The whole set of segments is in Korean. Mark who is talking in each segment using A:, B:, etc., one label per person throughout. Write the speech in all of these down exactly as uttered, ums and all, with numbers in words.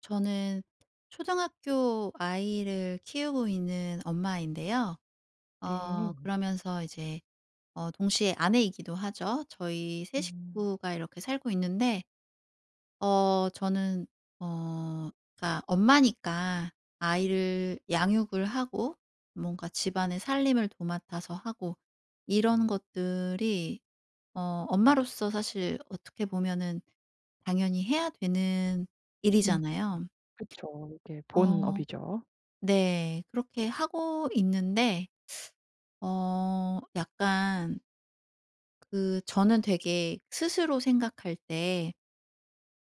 A: 저는 초등학교 아이를 키우고 있는 엄마인데요. 어
B: 네.
A: 그러면서 이제 어 동시에 아내이기도 하죠. 저희 세
B: 음.
A: 식구가 이렇게 살고 있는데 어 저는 어 그러니까 엄마니까 아이를 양육을 하고 뭔가 집안의 살림을 도맡아서 하고 이런 것들이 어 엄마로서 사실 어떻게 보면은 당연히 해야 되는
B: 음.
A: 일이잖아요.
B: 그쵸. 이게
A: 어
B: 본업이죠.
A: 네. 그렇게 하고 있는데 어 약간 그 저는 되게 스스로 생각할 때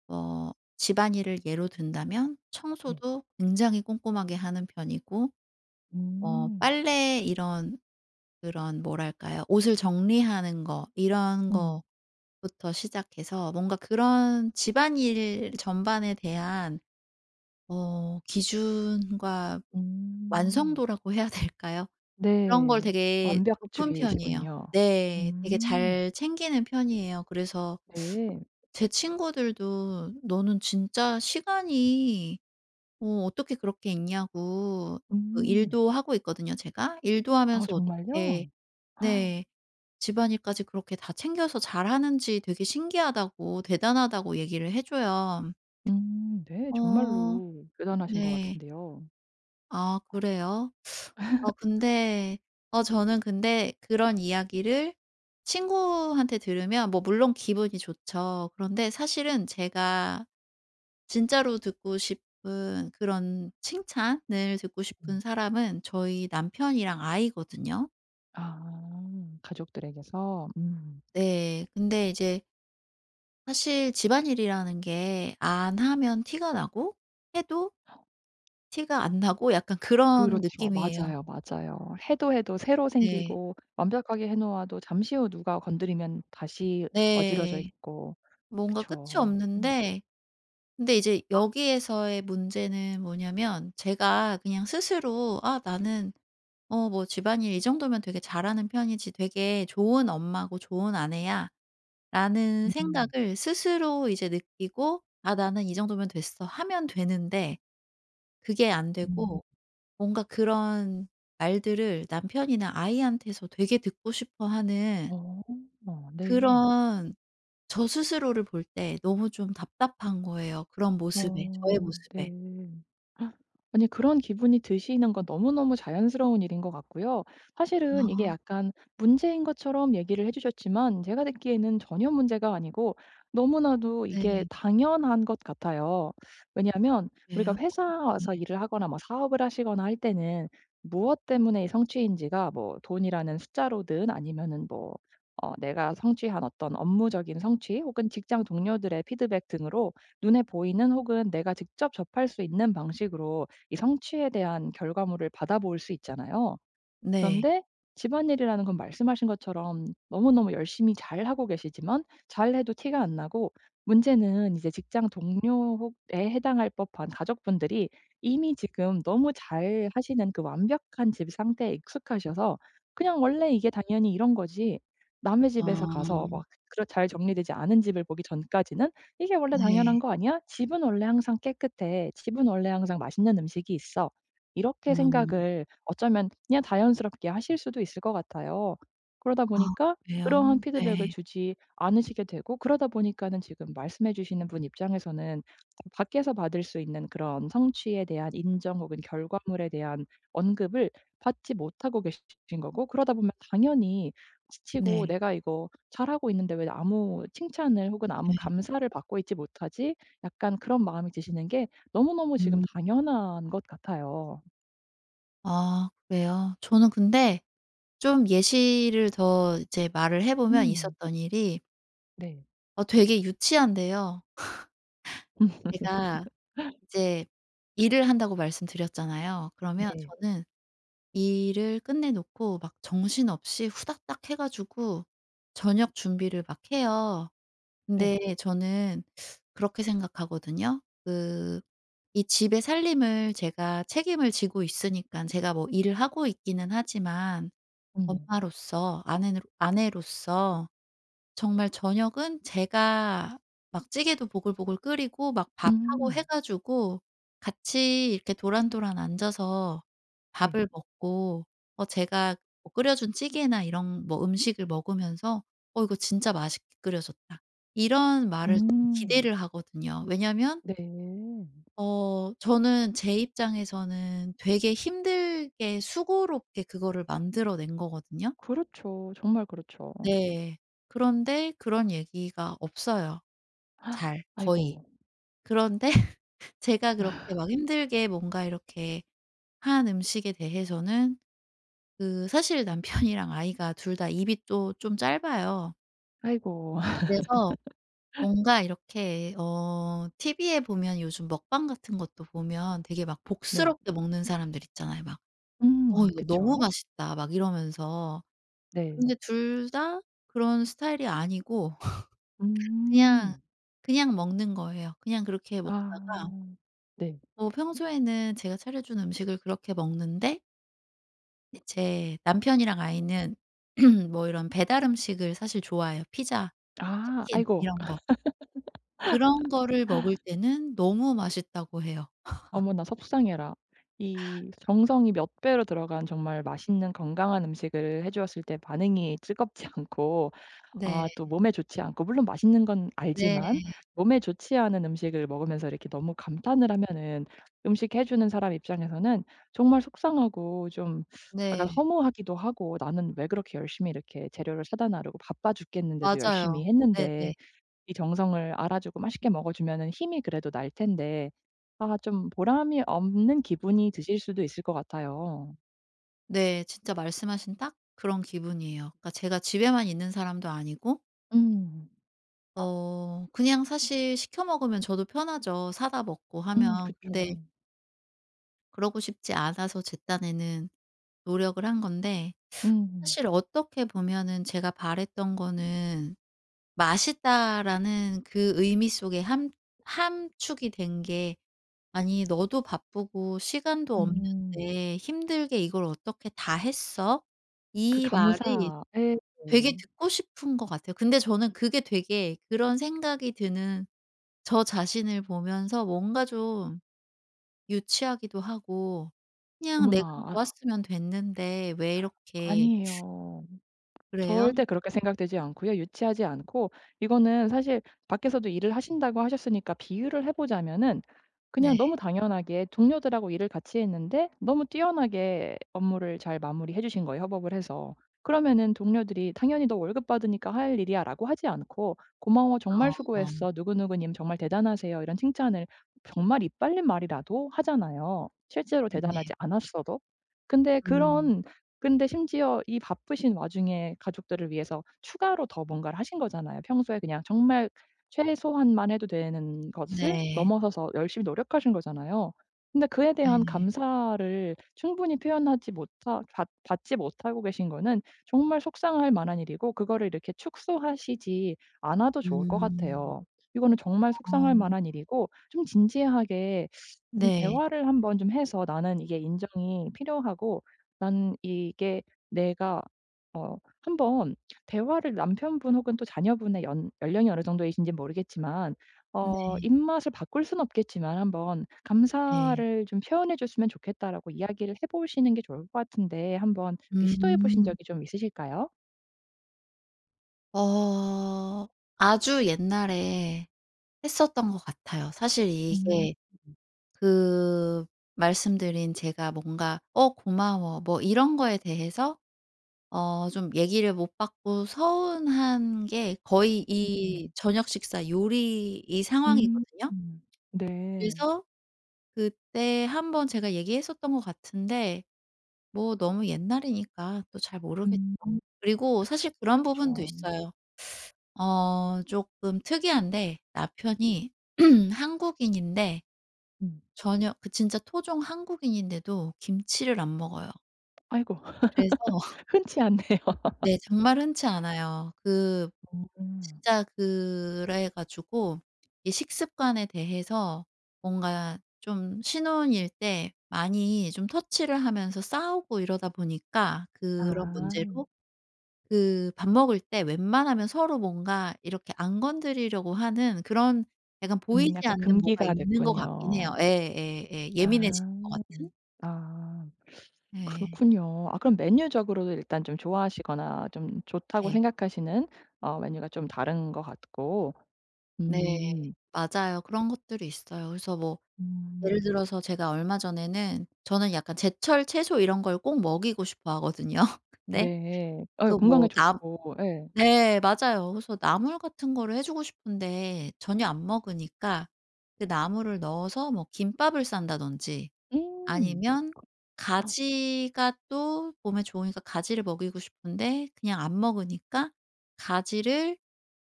A: 어 집안일을 예로 든다면
B: 네.
A: 청소도 굉장히 꼼꼼하게 하는 편이고 어
B: 음.
A: 빨래 이런 그런 뭐랄까요? 옷을 정리하는 거 이런
B: 음.
A: 거부터 시작해서 뭔가 그런 집안일 전반에 대한 어 기준과
B: 음.
A: 완성도라고 해야 될까요? 그런 걸
B: 네.
A: 되게 높은 편이에요.
B: 완벽주의이시군요.
A: 네. 되게
B: 음.
A: 잘 챙기는 편이에요. 그래서
B: 네.
A: 제 친구들도 "너는 진짜 시간이 어 어떻게 그렇게 있냐."고 그
B: 음.
A: 일도 하고 있거든요 제가. 일도
B: 아,
A: 하면서 어떻게
B: 정말요?
A: 네 집안일까지 그렇게 다 챙겨서 잘하는지 되게 신기하다고 대단하다고 얘기를 해 줘요.
B: 음. 네.
A: 어
B: 정말로 대단하신 것
A: 네.
B: 같은데요.
A: 아 그래요? 어 근데 어 저는 근데 그런 이야기를 친구한테 들으면 뭐 물론 기분이 좋죠. 그런데 사실은 제가 진짜로 듣고 싶은 그런 칭찬을 듣고 싶은
B: 음.
A: 사람은 저희 남편이랑 아이거든요.
B: 아, 가족들에게서. 음.
A: 네. 근데 이제 사실 집안일이라는 게 안 하면 티가 나고 해도 티가 안 나고 약간 그런
B: 그렇죠.
A: 느낌이에요.
B: 맞아요, 맞아요. 해도 해도 새로
A: 네.
B: 생기고 완벽하게 해 놓아도 잠시 후 누가 건드리면 다시 어지러져
A: 네.
B: 있고.
A: 뭔가 끝이
B: 그쵸. 음.
A: 없는데 근데 이제 여기에서의 문제는 뭐냐면 제가 그냥 스스로 '아 나는 어 뭐 집안일 이 정도면 되게 잘하는 편이지. 되게 좋은 엄마고 좋은 아내야.'라는
B: 음.
A: 생각을 스스로 이제 느끼고 '아 나는 이 정도면 됐어.' 하면 되는데 그게 안
B: 음.
A: 되고 뭔가 그런 말들을 남편이나 아이한테서 되게 듣고 싶어 하는
B: 어. 어, 네.
A: 그런 저 스스로를 볼 때 너무 좀 답답한 거예요 그런 모습에 저의
B: 어,
A: 모습에.
B: 네. 헉, 아니 그런 기분이 드시는 건 너무너무 자연스러운 일인 것 같고요. 사실은 이게
A: 아.
B: 약간 문제인 것처럼 얘기를 해 주셨지만 제가 듣기에는 전혀 문제가 아니고 너무나도 이게
A: 네.
B: 당연한 것 같아요. 왜냐하면 우리가
A: 그래요? 네.
B: 회사에서 일을 하거나 뭐 사업을 하시거나 할 때는 무엇 때문에 이 성취인지가 뭐 돈이라는 숫자로든 아니면은 뭐 어 내가 성취한 어떤 업무적인 성취 혹은 직장 동료들의 피드백 등으로 눈에 보이는 혹은 내가 직접 접할 수 있는 방식으로 이 성취에 대한 결과물을 받아볼 수 있잖아요.
A: 네.
B: 그런데 집안일이라는 건 말씀하신 것처럼 너무너무 열심히 잘하고 계시지만 잘해도 티가 안 나고 문제는 이제 직장 동료에 해당할 법한 가족분들이 이미 지금 너무 잘하시는 그 완벽한 집 상태에 익숙하셔서 그냥 '원래 이게 당연히 이런 거지.' 남의 집에서 가서
A: 아.
B: 막 그렇 잘 정리되지 않은 집을 보기 전까지는 '이게 원래
A: 네.
B: 당연한 거 아니야? 집은 원래 항상 깨끗해. 집은 원래 항상 맛있는 음식이 있어.' 이렇게
A: 음.
B: 생각을 어쩌면 그냥 자연스럽게 하실 수도 있을 것 같아요. 그러다
A: 아
B: 보니까
A: 그래요?
B: 그러한 피드백을
A: 네.
B: 주지 않으시게 되고 그러다 보니까는 지금 말씀해 주시는 분 입장에서는 밖에서 받을 수 있는 그런 성취에 대한 인정 혹은 결과물에 대한 언급을 받지 못하고 계신 거고 그러다 보면 당연히 지치고
A: 네.
B: '내가 이거 잘하고 있는데 왜 아무 칭찬을 혹은 아무
A: 네.
B: 감사를 받고 있지 못하지?' 약간 그런 마음이 드시는 게 너무너무 지금
A: 음.
B: 당연한 것 같아요.
A: 아 그래요? 저는 근데 좀 예시를 더 이제 말을 해 보면
B: 음.
A: 있었던 일이
B: 네.
A: 어 되게 유치한데요. 제가 이제 일을 한다고 말씀드렸잖아요. 그러면
B: 네.
A: 저는 일을 끝내 놓고 막 정신없이 후다닥 해 가지고 저녁 준비를 막 해요.
B: 네.
A: 근데 저는 그렇게 생각하거든요. 그 이 집의 살림을 제가 책임을 지고 있으니까 제가 뭐 일을 하고 있기는 하지만
B: 음.
A: 엄마로서 아내 아내로서 정말 저녁은 제가 막 찌개도 보글보글 끓이고 막 밥하고 해
B: 음.
A: 가지고 같이 이렇게 도란도란 앉아서
B: 네.
A: 밥을 먹고 어 제가 뭐 끓여 준 찌개나 이런 뭐 음식을 먹으면서 '어 이거 진짜 맛있게 끓여졌다.' 이런 말을 저는
B: 음.
A: 기대를 하거든요. 왜냐면
B: 네.
A: 어 저는 제 입장에서는 되게 힘들게 수고롭게 그거를 만들어 낸 거거든요.
B: 그렇죠. 정말 그렇죠.
A: 네. 그런데 그런 얘기가 없어요. 잘 거의.
B: 아이고,
A: 그런데 제가 그렇게 막 힘들게 뭔가 이렇게 한 음식에 대해서는 그 사실 남편이랑 아이가 둘 다 입이 또 좀 짧아요.
B: 아이고.
A: 그래서 뭔가 이렇게 어 티브에 보면 요즘 먹방 같은 것도 보면 되게 막
B: 네.
A: 복스럽게 먹는 사람들 있잖아요. 막 "어
B: 음.
A: 이거 너무
B: 그쵸.
A: 맛있다." 막 이러면서.
B: 네.
A: 근데 둘 다 그런 스타일이 아니고 그냥,
B: 음.
A: 그냥 먹는 거예요. 그냥 그렇게
B: 아.
A: 먹다가
B: 네.
A: 어 평소에는 제가 차려 준 음식을 그렇게 먹는데 제 남편이랑 아이는 뭐 이런 배달 음식을 사실 좋아해요. 피자,
B: 아.
A: 치킨
B: 아이고.
A: 이런 거. 그런 거를 먹을 때는 너무 맛있다고 해요.
B: 어머나, 속상해라. 이 정성이 몇 배로 들어간 정말 맛있는 건강한 음식을 해 주었을 때 반응이 뜨겁지 않고
A: 네.
B: 아 또 몸에 좋지 않고 물론 맛있는 건
A: 네.
B: 알지만 몸에 좋지 않은 음식을 먹으면서 이렇게 너무 감탄을 하면은 음식 해 주는 사람 입장에서는 정말 속상하고 좀 약간
A: 네.
B: 허무하기도 하고 '나는 왜 그렇게 열심히 이렇게 재료를 사다 나르고 바빠 죽겠는데도
A: 맞아요.
B: 열심히
A: 네네.
B: 했는데
A: 네.
B: 이 정성을 알아주고 맛있게 먹어 주면은 힘이 그래도 날 텐데.' 아 좀 보람이 없는 기분이 드실 수도 있을 것 같아요.
A: 네, 진짜 말씀하신 딱 그런 기분이에요. 그러니까 제가 집에만 있는 사람도 아니고
B: 음.
A: 어 그냥 사실 시켜 먹으면 저도 편하죠, 사다 먹고
B: 음
A: 하면.
B: 그쵸.
A: 근데 그러고 싶지 않아서 제 딴에는 노력을 한 건데
B: 음.
A: 사실 어떻게 보면은 제가 바랬던 거는 '맛있다.'라는 그 의미 속에 함 함축이 된 게 '아니 너도 바쁘고 시간도
B: 음.
A: 없는데 힘들게 이걸 어떻게 다 했어?'
B: 그
A: 이 말이
B: 감사 예.
A: 되게 듣고 싶은 것 같아요. 근데 저는 그게 되게 그런 생각이 드는 저 자신을 보면서 뭔가 좀 유치하기도 하고 그냥
B: 어머나.
A: '내가
B: 아.
A: 좋았으면 됐는데 왜 이렇게
B: 아니에요.
A: 그래요?'
B: 절대 그렇게 생각되지 않고요. 유치하지 않고 이거는 사실 밖에서도 일을 하신다고 하셨으니까 비유를 해 보자면은 그냥
A: 네.
B: 너무 당연하게 동료들하고 일을 같이 했는데 너무 뛰어나게 업무를 잘 마무리해 주신 거예요, 협업을 해서. 그러면은 동료들이 "당연히 너 월급 받으니까 할 일이야."라고 하지 않고 "고마워. 정말
A: 어.
B: 수고했어. 누구누구 님 정말 대단하세요." 이런 칭찬을 정말 입 빨린 말이라도 하잖아요, 실제로 대단하지
A: 네.
B: 않았어도. 근데
A: 음.
B: 그런 근데 심지어 이 바쁘신 와중에 가족들을 위해서 추가로 더 뭔가를 하신 거잖아요. 평소에 그냥 정말 최소한만 해도 되는 것을
A: 네.
B: 넘어서서 열심히 노력하신 거잖아요. 근데 그에 대한
A: 네.
B: 감사를 충분히 표현하지 못하 받 받지 못하고 계신 거는 정말 속상할 만한 일이고 그거를 이렇게 축소하시지 않아도 좋을 것
A: 음.
B: 같아요. 이거는 정말
A: 어.
B: 속상할 만한 일이고 좀 진지하게 좀
A: 네.
B: 대화를 한번 좀 해서 "나는 이게 인정이 필요하고 나는 이게 내가" 어 한번 대화를 남편분 혹은 또 자녀분의 연 연령이 어느 정도이신지 모르겠지만 어
A: 네.
B: 입맛을 바꿀 순 없겠지만 한번
A: 네.
B: "감사를 좀 표현해 줬으면 좋겠다."라고 이야기를 해 보시는 게 좋을 것 같은데 한번 이렇게 시도해 보신
A: 음.
B: 적이 좀 있으실까요?
A: 어. 아주 옛날에 했었던 것 같아요. 사실
B: 음.
A: 이게 그 말씀드린 제가 뭔가 "어 고마워." 뭐 이런 거에 대해서 어 좀 얘기를 못 받고 서운한 게 거의 이
B: 음.
A: 저녁 식사 요리 이
B: 음.
A: 상황이거든요.
B: 음. 네.
A: 그래서 그때 한번 제가 얘기했었던 것 같은데 뭐 너무 옛날이니까 또 잘 모르겠죠.
B: 음
A: 그리고 사실 그런
B: 그
A: 부분도 있어요. 어 쪼끔 특이한데 남편이 한국인인데
B: 음.
A: 전혀 그 진짜 토종 한국인인데도 김치를 안 먹어요.
B: 아이고.
A: 그래서
B: 흔치 않네요.
A: 네. 정말 흔치 않아요. 그
B: 음.
A: 진짜 그래 가지고 이 식습관에 대해서 뭔가 좀 신혼일 때 많이 좀 터치를 하면서 싸우고 이러다 보니까 그런
B: 아.
A: 문제로 그 밥 먹을 때 웬만하면 서로 뭔가 이렇게 안 건드리려고 하는 그런 약간
B: 음
A: 보이지
B: 약간
A: 않는 뭐가
B: 금기가
A: 있는 것 같긴
B: 됐군요.
A: 해요. 예예예. 예민해지는 것
B: 아.
A: 같은?
B: 아,
A: 예.
B: 그렇군요. 아 그럼 메뉴적으로도 일단 좀 좋아하시거나 좀 좋다고
A: 네.
B: 생각하시는 어 메뉴가 좀 다른 것 같고
A: 네.
B: 음.
A: 맞아요. 그런 것들이 있어요. 그래서 뭐 예를
B: 음.
A: 들어서 제가 얼마 전에는 저는 약간 제철 채소 이런 걸 꼭 먹이고 싶어 하거든요. 근데
B: 네. 어
A: 그
B: 건강에
A: 뭐 나
B: 좋고 예.
A: 네 맞아요. 그래서 나물 같은 거를 해 주고 싶은데 전혀 안 먹으니까 그 나물을 넣어서 뭐 김밥을 싼다든지
B: 음.
A: 아니면 가지가 또 몸에 좋으니까 가지를 먹이고 싶은데 그냥 안 먹으니까 가지를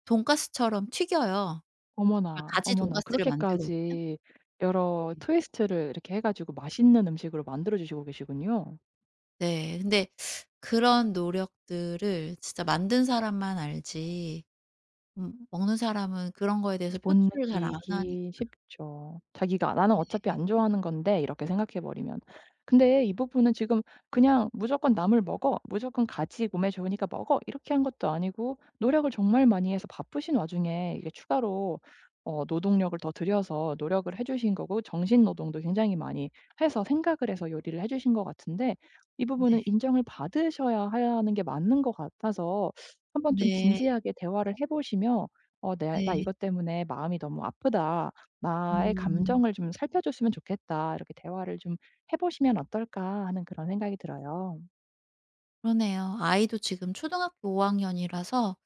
A: 돈가스처럼 튀겨요. 정말
B: 어머나,
A: 가지
B: 어머나.
A: 돈가스를 만들거든요.
B: 그렇게까지 여러 트위스트를 이렇게 해 가지고 맛있는 음식으로 만들어 주시고 계시군요.
A: 네. 근데 그런 노력들을 진짜 만든 사람만 알지 음 먹는 사람은 그런 거에 대해서
B: 못
A: 표출을 잘 안 하니까
B: 느끼기 쉽죠. 자기가 '나는 어차피 안 좋아하는 건데.' 이렇게 생각해 버리면. 근데 이 부분은 지금 그냥 '무조건 남을 먹어. 무조건 가지 몸에 좋으니까 먹어.' 이렇게 한 것도 아니고 노력을 정말 많이 해서 바쁘신 와중에 이게 추가로 어 노동력을 더 들여서 노력을 해 주신 거고 정신 노동도 굉장히 많이 해서 생각을 해서 요리를 해 주신 것 같은데 이 부분은 인정을 받으셔야 하는 게 맞는 것 같아서 한번 좀
A: 네.
B: 진지하게 대화를 해 보시면 어 "내 나
A: 네.
B: 이것 때문에 마음이 너무 아프다. 나의
A: 음.
B: 감정을 좀 살펴줬으면 좋겠다." 이렇게 대화를 좀 해 보시면 어떨까 하는 그런 생각이 들어요.
A: 그러네요. 아이도 지금 초등학교 오 학년이라서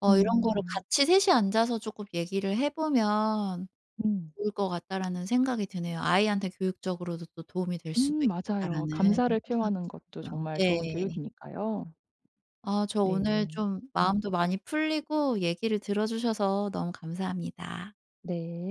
A: 어 이런 거를
B: 음.
A: 같이 셋이 앉아서 쪼끔 얘기를 해 보면
B: 음.
A: 좋을 것 같다라는 생각이 드네요. 아이한테 교육적으로도 또 도움이 될 수도
B: 음 맞아요.
A: 있겠다라는 생각이
B: 감사를 표현하는 것도
A: 고요.
B: 정말
A: 네.
B: 좋은 교육이니까요.
A: 아 저
B: 네.
A: 오늘 좀
B: 음
A: 마음도 많이 풀리고 얘기를 들어 주셔서 너무 감사합니다.
B: 네.